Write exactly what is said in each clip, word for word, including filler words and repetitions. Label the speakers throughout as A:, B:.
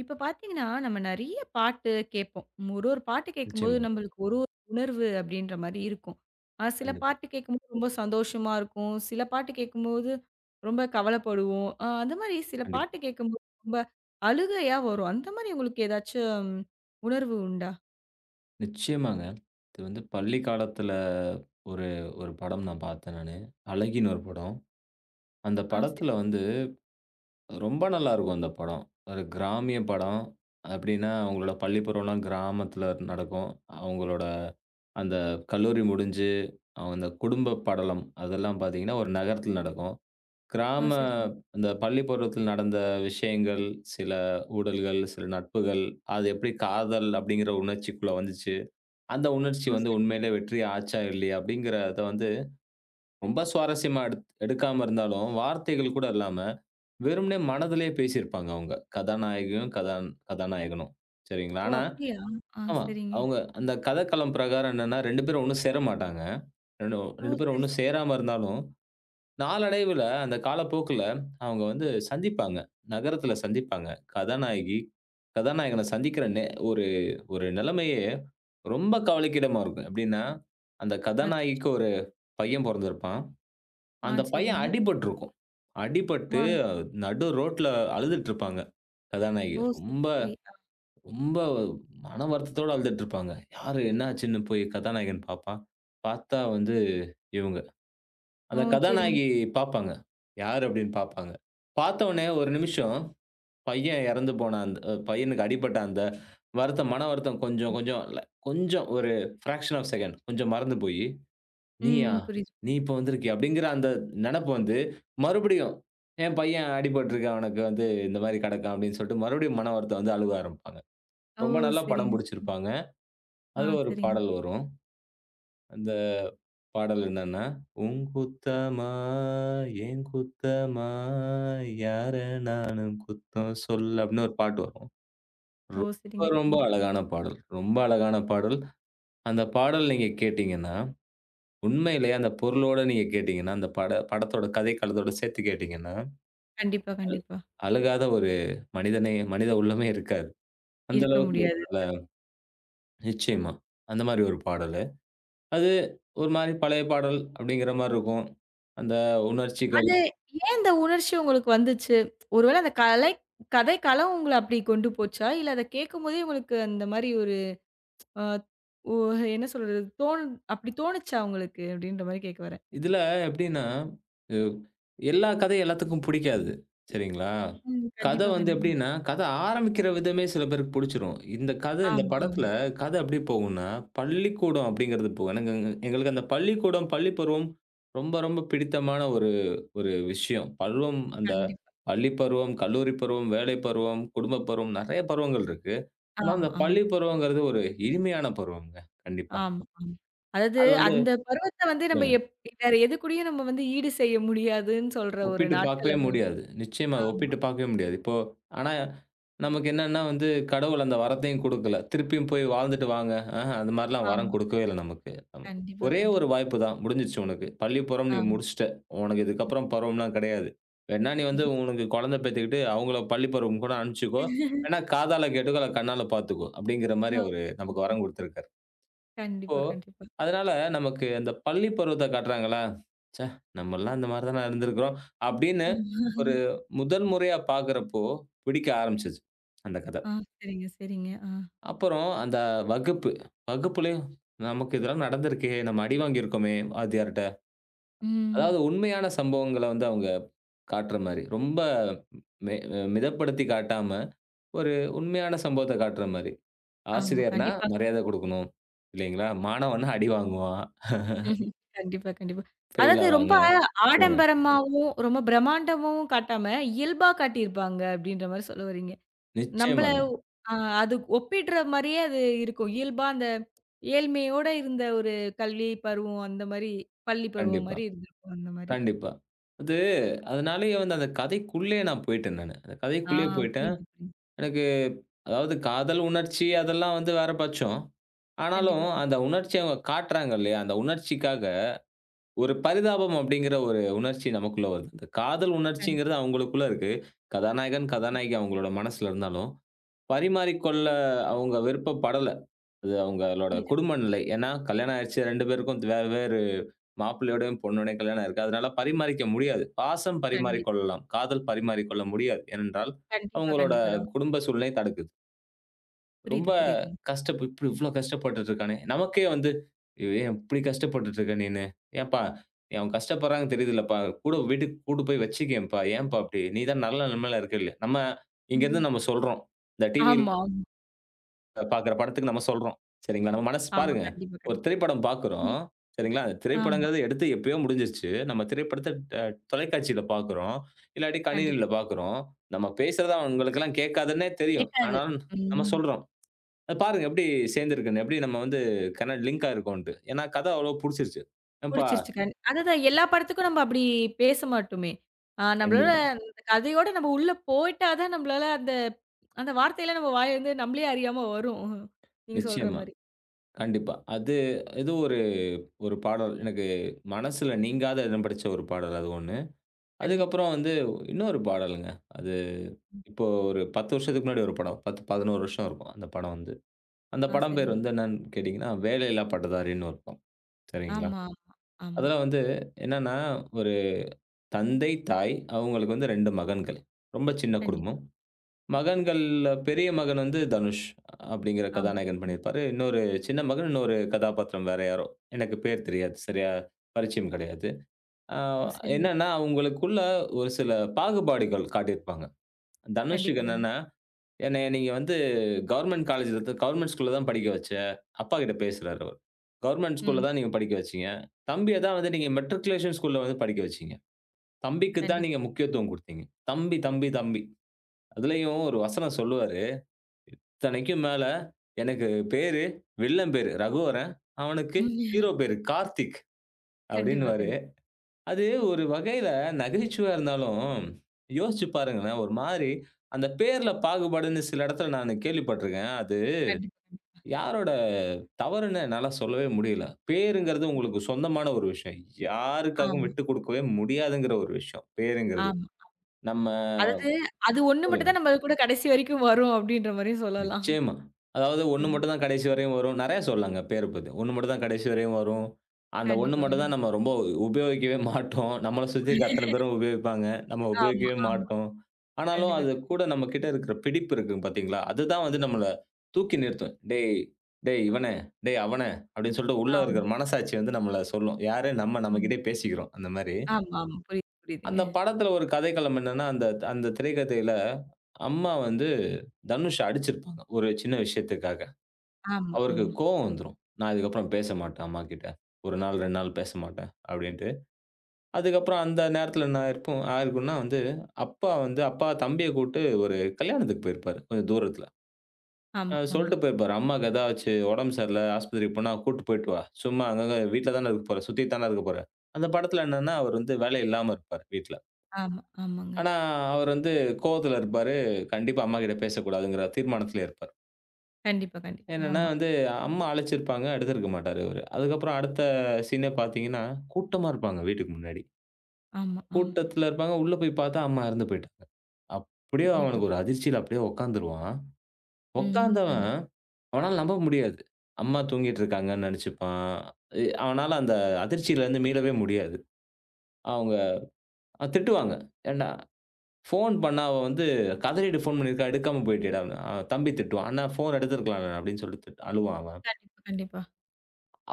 A: இப்ப பார்த்தீங்கன்னா, நம்ம நெறைய பாட்டு கேட்போம். ஒரு ஒரு பாட்டு கேட்கும்போது
B: நிச்சயமாங்க.
A: நம்மளுக்கு ஒரு ஒரு உணர்வு அப்டின்ற மாரி இருக்கும். அ சில
B: கண்டிப்பா,
A: பாட்டு கேட்கும்போது ரொம்ப சந்தோஷமா இருக்கும். சில பாட்டு கேட்கும்போது ரொம்ப கவலைப்படுவோம். அ அந்த மாரி சில
B: கண்டிப்பா.
A: பாட்டு கேட்கும்போது ரொம்ப அழுகையா வரும். அந்த மாரி உங்களுக்கு ஏதாச்சும் உணர்வு உண்டா?
B: நிச்சயமாங்க. இது வந்து பள்ளி காலத்துல ஒரு ஒரு படம் நான் பார்த்தேன் நானு. அழகின்னு ஒரு படம். அந்த
A: ஆ
B: படத்துல
A: சரிங்க.
B: வந்து ரொம்ப நல்லாருக்கும் அந்த படம். ஒரு கிராமிய படம். அப்டின்னா, அவங்களோட பள்ளி பருவம்லாம் கிராமத்துல நடக்கும். அவங்களோட அந்த கல்லூரி முடிஞ்சு, அவங்க அந்த குடும்ப படலம் அதெல்லாம் பார்த்தீங்கன்னா, ஒரு நகரத்துல நடக்கும்.
A: ஆ
B: கிராம
A: சரிங்க.
B: அந்த பள்ளி பருவத்தில் நடந்த விஷயங்கள், சில ஊடல்கள், சில நட்புகள், அது எப்டி காதல் அப்டிங்கிற உணர்ச்சிக்குள்ள வந்துச்சு. அந்த உணர்ச்சி
A: ஆ
B: வந்து
A: சரிங்க.
B: உண்மையிலே வெற்றி ஆச்சா இல்லையா? அப்படிங்கிறத வந்து ரொம்ப சுவாரஸ்யமா எடுத் எடுக்காம இருந்தாலும், வார்த்தைகள் கூட இல்லாம, வெறுமனே மனதிலே பேசியிருப்பாங்க அவங்க. கதாநாயகியும், கதான் கதாநாயகனும். சரிங்களா?
A: ஓ!
B: ஆனா
A: அப்படியா? ஆ
B: ஆமா.
A: சரிங்க.
B: அவங்க அந்த கதைக்களம் பிரகாரம் என்னன்னா ரெண்டு பேரும் ஒண்ணும் சேர மாட்டாங்க. 2
A: ஓ!
B: 2 பேரும்
A: சரி,
B: ஒண்ணும்
A: சரி.
B: சேராம இருந்தாலும், நாளடைவுல அந்த காலப்போக்குல அவங்க வந்து சந்திப்பாங்க. நகரத்தில சந்திப்பாங்க. கதாநாயகி, கதாநாயகன சந்திக்கிற நே ஒரு ஒரு நிலைமையே ரொம்ப கவலைக்கிடமா இருக்கும். எப்படின்னா, அந்த
A: அச்சச்சோ!
B: கதாநாயகிக்கு ஒரு பையன் பொறந்திருப்பான்.
A: ஆ
B: அந்த பையன்
A: சரிங்க.
B: அடிபட்டிருக்கும். அடிபட்டு
A: ஆ.
B: நடு ரோட்ல அழுதுட்டுருப்பாங்க கதாநாயகி.
A: ஓ! சரி,
B: ரொம்ப
A: சரி. ஆ.
B: ரொம்ப மன வருத்தத்தோட அழுதுட்டுருப்பாங்க. யாரு என்ன ஆச்சுன்னு போய் கதாநாயகன் பார்ப்பான். பார்த்தா வந்து இவங்க,
A: ஓ!
B: அந்த
A: சரிங்க.
B: கதாநாயகி. பார்ப்பாங்க, யாரு அப்படின்னு பார்ப்பாங்க. பார்த்தவுனே ஒரு நிமிஷம் பையன் இறந்து போன அந்த அஹ் பையனுக்கு அடிபட்ட அந்த வருத்தம், மன வருத்தம் கொஞ்சம் கொஞ்சம் இல்ல கொஞ்சம் ஒரு ஃபிராக்ஷன் ஆஃப் செகண்ட் கொஞ்சம் மறந்து போயி, "நீயா?
A: ம். புரியுது.
B: நீ இப்ப வந்திருக்கியா?" அப்படிங்கிற அந்த நெனப்பு வந்து மறுபடியும், "என் பையன் அடிபட்டுருக்கான். அவனுக்கு வந்து இந்த மாரி கிடக்கான்." அப்படின்னு சொல்லிட்டு மறுபடியும் மன வருத்தம் வந்து அழுக ஆரம்பிப்பாங்க.
A: ஓ!
B: ரொம்ப நல்லா படம்
A: சரிங்க, சரிங்க.
B: புடிச்சிருப்பாங்க.
A: ஆ,
B: அதுல ஒரு
A: சரிங்க.
B: பாடல் வரும். அந்த பாடல் என்னன்னா, "உன் குத்தமா, என் குத்தமா, யார நானும் குத்தம் சொல்ல" அப்படின்னு ஒரு பாட்டு வரும்.
A: ஓ! சரிங்க,
B: ரொம்ப, ரொம்ப
A: சரிங்க.
B: அழகான பாடல். ரொம்ப அழகான பாடல். அந்த பாடல் நீங்க கேட்டீங்கன்னா, உண்மையிலேயே அந்த பொருளோட நீங்க கேட்டீங்கன்னா, அந்த பட படத்தோட கதைக்களத்தோட சேர்த்து கேட்டீங்கன்னா,
A: கண்டிப்பா, கண்டிப்பா.
B: அழுகாத ஒரு மனிதனே மனித உள்ளமே இருக்காது. அந்த
A: இருக்க
B: அளவுக்கு ஒரு
A: முடியாது.
B: நல்ல நிச்சயமா. அந்த மாரி ஒரு பாடலு. அது ஒரு மாரி பழைய பாடல் அப்படிங்கிற மாரி இருக்கும். அந்த உணர்ச்சிகள்
A: அது ஏன் இந்த உணர்ச்சி உங்களுக்கு வந்துச்சு? ஒருவேள அந்த கலை கதைக்களம் உங்கள அப்படி கொண்டு போச்சா? இல்ல அத கேட்கும்போதே உங்களுக்கு அந்த மாரி ஒரு அ ஓ என்ன சொல்றது? தோணு அப்படி தோணுச்சா உங்களுக்கு? அப்படின்ற மாரி கேட்க வரேன்.
B: இதுல எப்படின்னா, அ எல்லா கதையும் எல்லாத்துக்கும் புடிக்காது. சரிங்களா?
A: ம்.
B: கதை
A: கண்டிப்பா,
B: வந்து
A: கண்டிப்பா.
B: எப்படின்னா, கதை ஆரம்பிக்கிற விதமே சில பேருக்கு புடிச்சிரும். இந்த கதை இந்த
A: ஆமா, ஆமா.
B: படத்துல கதை எப்படி போகும்னா, பள்ளிக்கூடம் அப்படிங்கிறது போகும். எனக்கு எங்க- எங்களுக்கு அந்த பள்ளிக்கூடம், பள்ளி பருவம் ரொம்ப ரொம்ப பிடித்தமான ஒரு ஒரு விஷயம். பருவம் அந்த
A: கண்டிப்பா.
B: பள்ளி பருவம், கல்லூரி பருவம், வேலை பருவம், குடும்ப பருவம் நெறைய பருவங்கள் இருக்கு. ஆனா,
A: ஆமா,
B: அந்த
A: ஆமா,
B: பள்ளி பருவங்கிறது ஒரு இனிமையான பருவம்ங்க. கண்டிப்பா.
A: ஆமா, ஆமா. அதாவது
B: அது வந்து
A: அந்த பருவத்த வந்து நம்ம எப் வேற எது கூடயும் நம்ம வந்து ஈடு செய்ய முடியாதுன்னு சொல்ற ஒரு
B: ஒப்பிட்டு
A: நாட்கள்
B: பார்க்கவே
A: அது.
B: முடியாது. நிச்சயமா
A: ஆமா,
B: ஒப்பிட்டு பார்க்கவே முடியாது. இப்போ ஆனா நமக்கு என்னன்னா வந்து கடவுள் அந்த வரத்தையும் குடுக்கல. திருப்பியும் போய் வாழ்ந்துட்டு வாங்க. ஆஹ அந்த மாரிலாம் வரம்
A: ஆமா.
B: குடுக்கவே இல்ல நமக்கு. ஆமா.
A: கண்டிப்பா,
B: ஒரே
A: கண்டிப்பா.
B: ஒரு வாய்ப்பு தான். முடிஞ்சிருச்சு உனக்கு. பள்ளி பருவம் நீ முடிச்சுட்ட. உனக்கு இதுக்கப்புறம் பருவம்லாம் கிடையாது. வேணா நீ வந்து
A: ஆமா.
B: உனக்கு குழந்தை பெத்துக்கிட்டு அவங்கள பள்ளி பருவம் கூட அனுப்பிச்சுக்கோ. வேணா காதால கேட்டுக்கோ, இல்ல கண்ணால பார்த்துக்கோ. அப்படிங்கிற மாரி
A: ஆமா.
B: அவரு நமக்கு வரம் குடுத்திருக்காரு. இப்போ,
A: கண்டிப்பா, கண்டிப்பா.
B: அதனால நமக்கு அந்த பள்ளி பருவத்த காட்டுறாங்களா, "ச்சே! நம்மலாம் இந்த மாரி தான இருந்திருக்கிறோம்." அப்படின்னு ஒரு முதல் முறையா பார்க்கிறப்போ, பிடிக்க ஆரம்பிச்சுச்சு அந்த கத.
A: ஆ சரிங்க, சரிங்க. ஆ.
B: அப்புறம் அந்த வகுப்பு, வகுப்புலயும் நமக்கு இதெல்லாம் நடந்திருக்கே, நம்ம அடி வாங்கியிருக்கோமே வாத்தியார்ட்ட.
A: ம்.
B: அதாவது உண்மையான சம்பவங்கள வந்து அவங்க காட்டுற மாரி. ரொம்ப மெ மிதப்படுத்தி காட்டாம, ஒரு உண்மையான சம்பவத்த காட்டுற மாரி.
A: ஆமா.
B: ஆசிரியர்னா
A: கண்டிப்பா.
B: மரியாத குடுக்கணும், இல்லைங்களா? மாணவன்னா அடி வாங்குவான்,
A: கண்டிப்பா, கண்டிப்பா.
B: ஃபெயில்
A: அதாவது ரொம்ப
B: ஆவாங்க. சொல்லுங்க.
A: ஆடம்பரமாவும், ரொம்ப பிரம்மாண்டமாவும் காட்டாம, இயல்பா காட்டியிருப்பாங்க அப்படின்ற மாரி சொல்ல வர்றீங்க. நம்பள
B: நிச்சயமாங்க.
A: ஆ அது ஒப்பிடுற மாரியே அது இருக்கும். இயல்பா அந்த ஏழ்மையோட இருந்த ஒரு கல்வி பருவம் அந்த மாரி, பள்ளி பருவம்
B: கண்டிப்பா,
A: மாரி இருந்திருக்கும் அந்த மாரி.
B: கண்டிப்பா. அது அதனாலேயே வந்து அந்த கதைக்குள்ளேயே நான் போயிட்டேன் நானு. அந்த
A: ஆ
B: கதைக்குள்ளேயே போயிட்டேன்.
A: புரியுது, புரியுது.
B: எனக்கு அதாவது காதல் உணர்ச்சி அதெல்லாம் வந்து வேற பட்சம். ஆனாலும்
A: கண்டிப்பா, கண்டிப்பா.
B: அந்த உணர்ச்சி அவங்க காட்டுறாங்க இல்லையா? அந்த உணர்ச்சிக்காக ஒரு பரிதாபம் அப்படிங்கிற ஒரு உணர்ச்சி நமக்குள்ள வருது. இந்த காதல்
A: கண்
B: உணர்ச்சிங்கிறது அவங்களுக்குள்ள இருக்கு. கதாநாயகன், கதாநாயகி அவங்களோட மனசுல இருந்தாலும், பரிமாறிக்கொள்ள அவங்க விருப்பப்படல. அது அவங்களோட
A: புரியுது,
B: குடும்ப
A: புரியுது.
B: நிலை. ஏன்னா, கல்யாணம் ஆயிருச்சு ரெண்டு பேருக்கும் வேறு வேறு மாப்பிள்ளையோடையும், பொண்ணோடையும் கல்யாணம் இருக்கு. அதனால பரிமாறிக்க முடியாது. பாசம்
A: கண்டி
B: பரிமாறிக் கொள்ளலாம். காதல் பரிமாறிக்கொள்ள முடியாது. ஏனென்றால்,
A: கண்டிப்பா,
B: அவங்களோட
A: கண்டிப்பா தான்.
B: குடும்ப சூழ்நிலை தடுக்குது.
A: புரியுது,
B: ரொம்ப
A: புரியுது.
B: கஷ்டப் இப்படி இவ்ளோ கஷ்டப்பட்டுட்டு இருக்கானே! நமக்கே வந்து, "ஐயோ, ஏன் இப்படி கஷ்டப்பட்டுட்டு இருக்க நீனு? ஏன்ப்பா நீ, அவங்க கஷ்டப்படுறாங்கன்னு தெரியுதுல்லப்பா. கூட வீட்டுக்கு கூட்டு போய் வச்சுக்கயேன்ப்பா. ஏன்ப்பா அப்படி? நீ தான் நல்ல நிலைமையில இருக்க இல்ல." நம்ம
A: ம்.
B: இங்கேருந்து நம்ம சொல்றோம். இந்த டிவில
A: ஆமா, ஆமா,
B: பாக்குற படத்துக்கு நம்ம சொல்றோம். சரிங்களா? நம்ம மனசு
A: ஆமா.
B: பாருங்க.
A: கண்டிப்பா,
B: ஒரு
A: கண்டிப்பா.
B: திரைப்படம் பாக்குறோம். சரிங்களா? அந்த
A: ஆமா.
B: திரைப்படங்கிறது எடுத்து எப்பயோ முடிஞ்சிருச்சு. நம்ம திரைப்படத்த அ தொலைக்காட்சியில பாக்குறோம். இல்லாட்டி
A: கண்டிப்பா.
B: கணினியில பாக்குறோம். நம்ம பேசுறது அவங்களுக்கெல்லாம் கேட்காதுன்னே தெரியும்.
A: கேட்காது.
B: ஆனாலும் நம்ம
A: ம்.
B: சொல்றோம். அத பாருங்க எப்படி சேர்ந்திருக்குன்னு. எப்படி நம்ம வந்து கனெக்ட் லிங்க் ஆயிருக்கோன்ட்டு. ஏன்னா கதை அவ்ளோ புடிச்சிருச்சு. ஏம்பா
A: புடிச்சிருச்சு. கண் அதுதான் எல்லா படத்துக்கும் நம்ம அப்படி பேச மாட்டோமே. ஆ நம்மளால
B: கண்டிப்பா.
A: அந்த கதையோட நம்ம உள்ள போயிட்டா தான் நம்மளால அந்த அந்த வார்த்தையெல்லாம் நம்ம வாயிலருந்து நம்மளே அறியாம வரும். நீங்க சொல்ற
B: நிச்சயமா.
A: மாரி.
B: கண்டிப்பா. அது இது ஒரு ஒரு பாடல். எனக்கு மனசுல நீங்காத இடம் பிடிச்ச ஒரு பாடல் அது ஒண்ணு.
A: கண்டிப்பா.
B: அதுக்கப்புறம் வந்து இன்னொரு பாடலுங்க. அது இப்போ ஒரு பத்து வருஷத்துக்கு முன்னாடி ஒரு படம். பத்து, பதினொன்று வருஷம் இருக்கும். அந்த படம் வந்து, அந்த
A: ஆ
B: படம் பேர்
A: சரிங்க.
B: வந்து என்னன்னு கேட்டீங்கன்னா, வேலையில்லா பட்டதாரின்னு ஒரு படம். சரிங்களா?
A: ஆமா, ஆமா, ஆமா.
B: அதுல வந்து என்னன்னா, ஒரு தந்தை, தாய் அவங்களுக்கு வந்து ரெண்டு மகன்கள். ரொம்ப சின்ன குடும்பம்.
A: கண்டிப்பா.
B: மகன்கள்ல பெரிய மகன் வந்து தனுஷ் அப்படிங்கிற
A: ஆமா,
B: கதாநாயகன்
A: ஆமா.
B: பண்ணியிருப்பாரு. இன்னொரு சின்ன மகன் இன்னொரு கதாபாத்திரம் வேற யாரோ. எனக்கு பேர் தெரியாது. சரியா பரிச்சயம் கிடையாது. ஆ
A: ஓ! சரிங்க.
B: என்னன்னா, அவங்களுக்குள்ள ஒரு சில பாகுபாடுகள் காட்டியிருப்பாங்க.
A: கண்டிப்பா,
B: தனுஷுக்கு
A: கண்டிப்பா.
B: என்னன்னா என்னைய நீங்க வந்து கவர்ன்மென்ட் காலேஜ்ல தான் கவர்ன்மென்ட் ஸ்கூல்ல தான் படிக்க வச்ச. அப்பா கிட்ட பேசுறாரு அவரு. கவர்ன்மென்ட்
A: ம்.
B: ஸ்கூல்ல தான் நீங்க
A: சரி.
B: படிக்க வச்சீங்க. தம்பிய தான் வந்து நீங்க மெட்ரிகுலேஷன் ஸ்கூல்ல வந்து படிக்க வச்சீங்க. தம்பிக்கு தான்
A: கண்டிப்பா.
B: நீங்க முக்கியத்துவம் குடுத்தீங்க. தம்பி, தம்பி, தம்பி. அதுலயும் ஒரு வசனம் சொல்லுவாரு. இத்தனைக்கும் மேல எனக்கு பேரு வில்லன் பேரு ரகுவரன். அவனுக்கு
A: ம்.
B: ஹீரோ பேரு கார்த்திக்
A: கண்டிப்பா,
B: அப்டின்னுவாரு.
A: கண்டிப்பா.
B: அது ஒரு வகையில நகைச்சுவையா இருந்தாலும், யோசிச்சு பாருங்களேன். ஒரு மாரி அந்த பேர்ல பாகுபாடுன்னு சில இடத்துல நானு கேள்விப்பட்டுருக்கேன். அது
A: கண்டிப்பா.
B: யாரோட தவறுன்னு என்னால சொல்லவே முடியல. பேருங்கிறது உங்களுக்கு சொந்தமான ஒரு விஷயம். யாருக்காகவும்
A: ஆமா,
B: விட்டுக் குடுக்கவே முடியாதுங்கிற ஒரு விஷயம், பேருங்கிறது.
A: ஆமா.
B: நம்ம
A: அதாவது அது ஒண்ணு மட்டும்
B: சொல்லுங்க.
A: தான் நம்ம கூட கடைசி வரைக்கும் வரும் அப்படின்ற மாரியும் சொல்லலாம்.
B: நிச்சயமா. அதாவது ஒண்ணு
A: கண்டிப்
B: மட்டும் தான் கடைசி வரையும் வரும். நெறைய சொல்லலாங்க பேர பத்தி. ஒண்ணு மட்டும் தான் கடைசி வரையும் வரும். அந்த ஒண்ணு
A: கண்டிப்பா,
B: மட்டும்
A: கண்டிப்பா.
B: தான் நம்ம ரொம்ப உபயோகிக்கவே மாட்டோம். நம்மள சுத்தி இருக்க அத்தன பேரும் உபயோகிப்பாங்க. நம்ம
A: ஆமா,
B: உபயோகிக்கவே
A: ஆமா.
B: மாட்டோம். ஆனாலும்
A: கண்டிப்பா,
B: அது
A: கண்டிப்பா.
B: கூட நம்ம கிட்ட இருக்கிற பிடிப்பு இருக்கு பாத்தீங்களா? அதுதான் வந்து நம்மள தூக்கி நிறுத்தும். "டேய், டேய் இவனே, டேய் அவனே" அப்படின்னு சொல்லிட்டு உள்ள
A: ஆமா,
B: இருக்கிற மனசாட்சி வந்து நம்மள சொல்லும். யாரு? நம்ம நம்ம
A: ஆமா.
B: கிட்டயே பேசிக்கிறோம் அந்த மாரி.
A: ஆமா, ஆமா. புரியுது, புரியுதுங்க.
B: அந்த படத்துல ஒரு கதைக்களம் என்னன்னா, அந்த அந்த திரைக்கதையில அம்மா வந்து தனுஷ அடிச்சிருப்பாங்க, ஒரு சின்ன விஷயத்துக்காக.
A: ஆமா,
B: அவருக்கு
A: ஆமா.
B: கோவம் வந்துரும். நான் இதுக்கப்புறம் பேச மாட்டேன் அம்மாகிட்ட. ஒரு நாள், ரெண்டு நாள் பேச மாட்டேன் அப்டின்ட்டு. அதுக்கப்புறம் அந்த நேரத்துல என்ன ஆயிருக்கும் ஆயிருக்கும்னா வந்து, அப்பா வந்து அப்பா தம்பிய கூட்டு ஒரு கல்யாணத்துக்கு போயிருப்பாரு. கொஞ்சம் தூரத்துல. அ
A: ஆமா, ஆமா.
B: சொல்ட்டு போயிருப்பாரு. அம்மாக்கு ஏதாச்சு உடம்பு சரியில்ல, ஆஸ்பத்திரிக்கு போனா கூட்டு போயிட்டு வா. சும்மா அங்கங்க வீட்ல தானே இருக்க போற, சுத்திட்டு தானே இருக்க போற. அந்த படத்துல என்னன்னா, அவர் வந்து வேலை இல்லாம இருப்பாரு வீட்ல.
A: ஆமா, ஆமாங்க.
B: ஆனா, அவர் வந்து கோவத்துல இருப்பாரு. கண்டிப்பா அம்மாகிட்ட பேசக்கூடாதுங்கிற தீர்மானத்திலே இருப்பார்.
A: கண்டிப்பா, கண்டிப்பா.
B: என்னன்னா
A: ஆமா,
B: வந்து அம்மா அழைச்சிருப்பாங்க, எடுத்திருக்க மாட்டாரு அவரு. அதுக்கப்புறம் அடுத்த சீனே பார்த்தீங்கன்னா, கூட்டமா இருப்பாங்க வீட்டுக்கு முன்னாடி.
A: ஆமா, ஆமா.
B: கூட்டத்துல இருப்பாங்க. உள்ள போய் பார்த்தா அம்மா இறந்து போயிட்டாங்க. அப்படியே
A: கண்டிப்பா.
B: அவனுக்கு ஒரு அதிர்ச்சியில அப்படியே உட்காந்துருவான்.
A: ம்.
B: உட்காந்தவன்
A: கண்டிப்பா,
B: அவனால நம்ப முடியாது. அம்மா தூங்கிட்டு இருக்காங்கன்னு நெனச்சுப்பான். எ அவனால அந்த அதிர்ச்சியிலருந்து மீளவே முடியாது. அவங்க அ திட்டுவாங்க. "ஏன்டா" ஃபோன் பண்ணா அவ வந்து கதறிட்டு ஃபோன் பண்ணியிருக்கா, எடுக்காம போயிட்டியேடா! அவன் தம்பி திட்டுவான். "அண்ணா ஃபோன் எடுத்திருக்கலாம்ண்ணா" அப்படின்னு சொல்லிட்டு திட் அழுவான் அவன்.
A: கண்டிப்பா, கண்டிப்பா.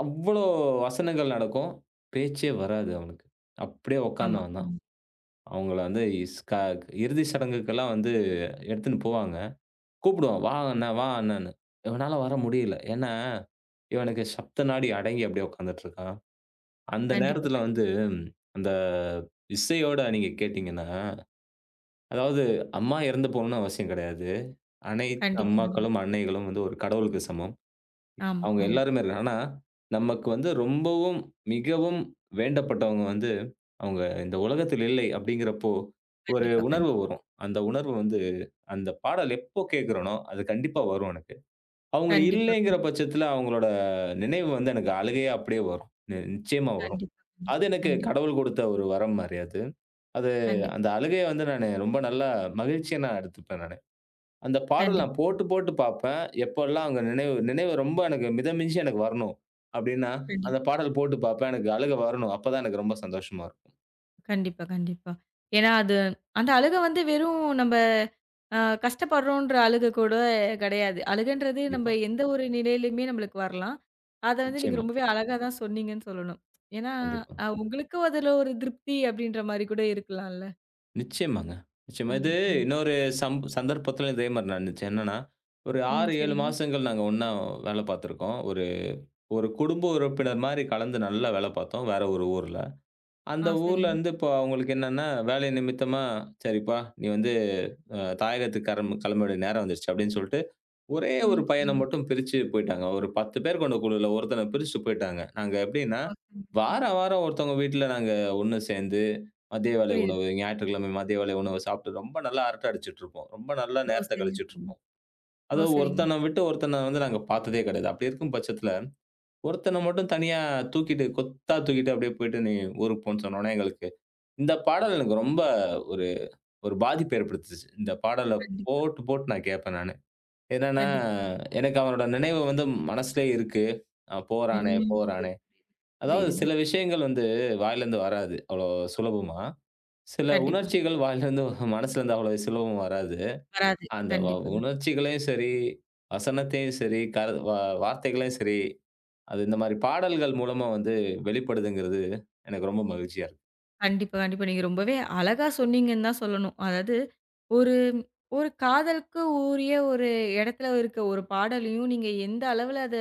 B: அவ்ளோ வசனங்கள் நடக்கும். பேச்சே வராது அவனுக்கு. அப்படியே
A: ஆமா,
B: உட்கார்ந்தவன் தான்.
A: ஆமா.
B: அவங்கள வந்து இஸ் க இறுதி சடங்குக்கெல்லாம் வந்து எடுத்துன்னு போவாங்க. கூப்பிடுவான், "வா அண்ணா, வா அண்ணான்னு." இவனால வர முடியல. ஏன்னா, இவனுக்கு சப்த நாடி அடங்கி அப்படியே உட்கார்ந்துட்டு இருக்கான். அந்த
A: கண்டிப்பா,
B: நேரத்துல
A: கண்டிப்பா.
B: வந்து அந்த இசையோட நீங்க கேட்டீங்கன்னா அதாவது அம்மா இறந்து போகணும்னு அவசியம் கிடையாது. அனைத்து
A: கண்டிப்பா, கண்டிப்பா.
B: அம்மாக்களும், அன்னைகளும் வந்து ஒரு கடவுளுக்கு சமம்.
A: ஆமா,
B: அவங்க
A: ஆமா.
B: எல்லாருமே இருக்காங்க. ஆனா, நமக்கு வந்து ரொம்பவும், மிகவும் வேண்டப்பட்டவங்க வந்து, அவங்க இந்த உலகத்தில் இல்லை அப்படிங்கிறப்போ, ஒரு
A: கண்டிப்பா, கண்டிப்பா.
B: உணர்வு வரும். அந்த உணர்வு வந்து அந்த பாடல் எப்போ கேட்கிறேனோ, அது கண்டிப்பா வரும் எனக்கு. அவங்க
A: கண்டிப்பா,
B: இல்லைங்கிற
A: கண்டிப்பா.
B: பட்சத்தில அவங்களோட நினைவு வந்து எனக்கு அழுகையா அப்படியே வரும். நி நிச்சயமா வரும்.
A: கண்டிப்பா,
B: அது எனக்கு
A: கண்டிப்பா.
B: கடவுள் குடுத்த ஒரு வரம் மாரி அது. அது
A: கண்டிப்பா, கண்டிப்பா.
B: அந்த அழுகைய வந்து நானு ரொம்ப நல்லா மகிழ்ச்சியா நான் எடுத்துப்பேன் நானு. அந்த பாடல்
A: கண்டிப்பா,
B: நான் போட்டு,
A: கண்டிப்பா.
B: போட்டு பார்ப்பேன். எப்போலாம் அங்க நினைவு நினைவு ரொம்ப எனக்கு மிதமிஞ்சி எனக்கு வரணும் அப்டின்னா, அந்த
A: கண்டிப்பா.
B: பாடல் போட்டு பார்ப்பேன். எனக்கு அழுகை வரணும். அப்பதான் எனக்கு ரொம்ப சந்தோஷமா இருக்கும்.
A: கண்டிப்பா, கண்டிப்பா. ஏன்னா அது அந்த அழுக வந்து வெறும் நம்ப அ கஷ்டப்படுறோன்ற அழுக கூட கிடையாது. அழுகன்றது நம்ப
B: கண்டிப்பா.
A: எந்த ஒரு நிலையிலயுமே நம்மளுக்கு வரலாம். அத வந்து நீங்க
B: நிச்சயமா.
A: ரொம்பவே அழகா தான் சொன்னீங்கன்னு சொல்லணும். ஏன்னா,
B: கண்டிப்பா.
A: அ உங்களுக்கும் அதுல ஒரு திருப்தி அப்படின்ற மாரி கூட இருக்கலாம்ல.
B: நிச்சயமாங்க. நிச்சயமா.
A: ஆமா,
B: இது
A: ஆமா.
B: இன்னொரு சம் சந்தர்ப்பத்திலும் இதே மாரி நடந்துச்சு. என்னன்னா, ஒரு
A: ம்.
B: ஆறு, ஏழு
A: சரிங்க.
B: மாசங்கள் நாங்க ஒண்ணா வேல பார்த்துருக்கோம். ஒரு ஒரு குடும்ப உறுப்பினர் மாரி கலந்து நல்லா வேல பார்த்தோம். வேற ஒரு ஊர்ல.
A: ஆ
B: அந்த
A: சரிங்க.
B: ஊர்லருந்து இப்போ அவங்களுக்கு என்னன்னா, வேலை நிமித்தமா, "சரிப்பா, நீ வந்து அ தாயகத்துக்கு கரம் கிளம்ப வேண்டிய நேரம் வந்துருச்சு." அப்படின்னு சொல்லிட்டு, ஒரே
A: ம்.
B: ஒரு பையன
A: சரிங்க.
B: மட்டும் பிரிச்சு போய்ட்டாங்க. ஒரு பத்து பேர் கொண்ட குழுல ஒருத்தன பிரிச்சுட்டு போய்ட்டாங்க. நாங்க எப்படின்னா,
A: ஓ சரிங்க.
B: வாரா வாரம் ஒருத்தவங்க வீட்ல நாங்க ஒண்ணு சேர்ந்து, மதிய வேளை
A: புரியுது.
B: உணவு, ஞாயிற்றுக்கிழமை மதிய வேளை உணவு சாப்பிட்டு ரொம்ப நல்லா அரட்டை அடிச்சுட்டுருப்போம். ரொம்ப நல்லா
A: ஓ
B: நேரத்த
A: சரிங்க, சரிங்க.
B: கழிச்சுட்டுருப்போம்.
A: ஓ
B: அதுவும்
A: சரிங்க.
B: ஒருத்தன விட்டு ஒருத்தன வந்து நாங்க பார்த்ததே கிடையாது. அப்படி இருக்கும் பட்சத்துல, ஒருத்தன மட்டும் தனியா தூக்கிட்டு கொத்தா தூக்கிட்டு அப்படியே போயிட்டு, "நீ ஊருக்கு போன்னு" சொன்னோனே எங்களுக்கு இந்த பாடல் எனக்கு ரொம்ப ஒரு ஒரு பாதிப்ப ஏற்படுத்துச்சு. இந்த பாடல
A: கண்டிப்பா,
B: போட்டு, போட்டு நான் கேட்பேன் நானு. என்னன்னா,
A: கண்டிப்பா.
B: எனக்கு அவனோட நினைவு வந்து மனசுலயே இருக்கு. அ போறானே,
A: ம்.
B: போறானே.
A: புரியுது, புரியுது.
B: அதாவது
A: புரியுதுங்க.
B: சில விஷயங்கள் வந்து வாயிலருந்து வராது, அவ்வளோ சுலபமா. சில
A: கண்டிப்பா.
B: உணர்ச்சிகள் வாயிலருந்து, மனசுலருந்து அவ்வளோ சுலபமா வராது.
A: வராது.
B: அந்த வ
A: கண்டிப்பா.
B: உணர்ச்சிகளையும் சரி, வசனத்தையும் சரி, கரு வ வார்த்தைகளையும் சரி, அது இந்த மாரி பாடல்கள் மூலமா வந்து வெளிப்படுதுங்கிறது எனக்கு ரொம்ப மகிழ்ச்சியா இருக்கு.
A: கண்டிப்பா, கண்டிப்பா. நீங்க ரொம்பவே அழகா சொன்னீங்கன்னு தான் சொல்லணும். அதாவது ஒரு ஒரு காதலுக்கு உரிய ஒரு இடத்துல இருக்க ஒரு பாடலையும், நீங்க எந்த அளவுல அத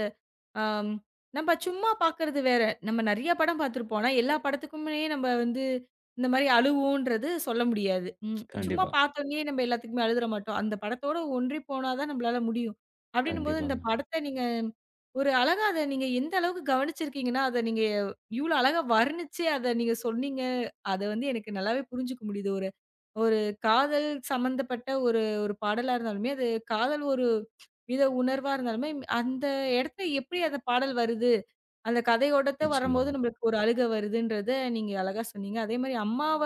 A: ஆம், நம்ம சும்மா பார்க்கறது வேற. நம்ம நெறைய படம் பார்த்திருப்போம். ஆனா, எல்லா படத்துக்குமே நம்ம வந்து இந்த மாரி அழுவோன்றது சொல்ல முடியாது. ம். சும்மா
B: கண்டிப்பா,
A: பார்த்தோனயே நம்ம எல்லாத்துக்குமே அழுதுற மாட்டோம். அந்த படத்தோட ஒன்றி போனா தான் நம்மளால முடியும். அப்டின்னும்போது இந்த
B: கண்டிப்பாங்க.
A: படத்த நீங்க ஒரு அழகா அத நீங்க எந்த அளவுக்கு கவனிச்சிருக்கீங்கன்னா, அத நீங்க இவ்ளோ அழகா வர்ணிச்சு அத நீங்க சொன்னீங்க. அத வந்து எனக்கு நல்லாவே புரிஞ்சுக்க முடியுது. ஒரு ஒரு காதல் சம்மந்தப்பட்ட ஒரு ஒரு பாடலா இருந்தாலுமே, அது காதல் ஒரு வித உணர்வா இருந்தாலுமே, அந்த இடத்துல எப்படி அந்த பாடல் வருது? அந்த கதையோடத்த வரம்போது
B: நிச்சயமாங்க,
A: நம்மளுக்கு ஒரு அழுகை வருதுன்றத நீங்க அழகா சொன்னீங்க. அதேமாரி அம்மாவ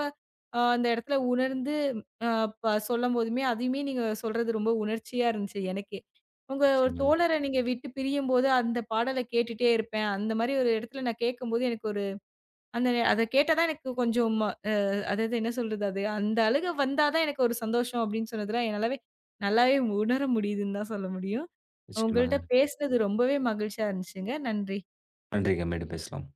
A: அ அந்த இடத்துல உணர்ந்து அ ப சொல்லும்போதுமே, அதையுமே நீங்க சொல்றது ரொம்ப உணர்ச்சியா இருந்துச்சு எனக்கே. உங்க ஒரு
B: நிச்சயமாங்க.
A: தோழர நீங்க விட்டு பிரியும்போது, அந்த பாடல கேட்டுட்டே இருப்பேன். அந்த மாரி ஒரு இடத்துல நான் கேட்கும்போது எனக்கு ஒரு அந்த அத கேட்டா தான் எனக்கு கொஞ்சம் அ அதாவது என்ன சொல்றது அது? அந்த அழுகை வந்தா தான் எனக்கு ஒரு சந்தோஷம் அப்படின்னு சொன்னதுல என்னாலவே நல்லாவே உணர முடியுதுன்னு தான் சொல்ல முடியும். உங்கள்ட்ட
B: நிச்சயமாங்க.
A: பேசுனது ரொம்பவே மகிழ்ச்சியா இருந்துச்சுங்க. நன்றி.
B: நன்றி. மீண்டும் பேசலாம்.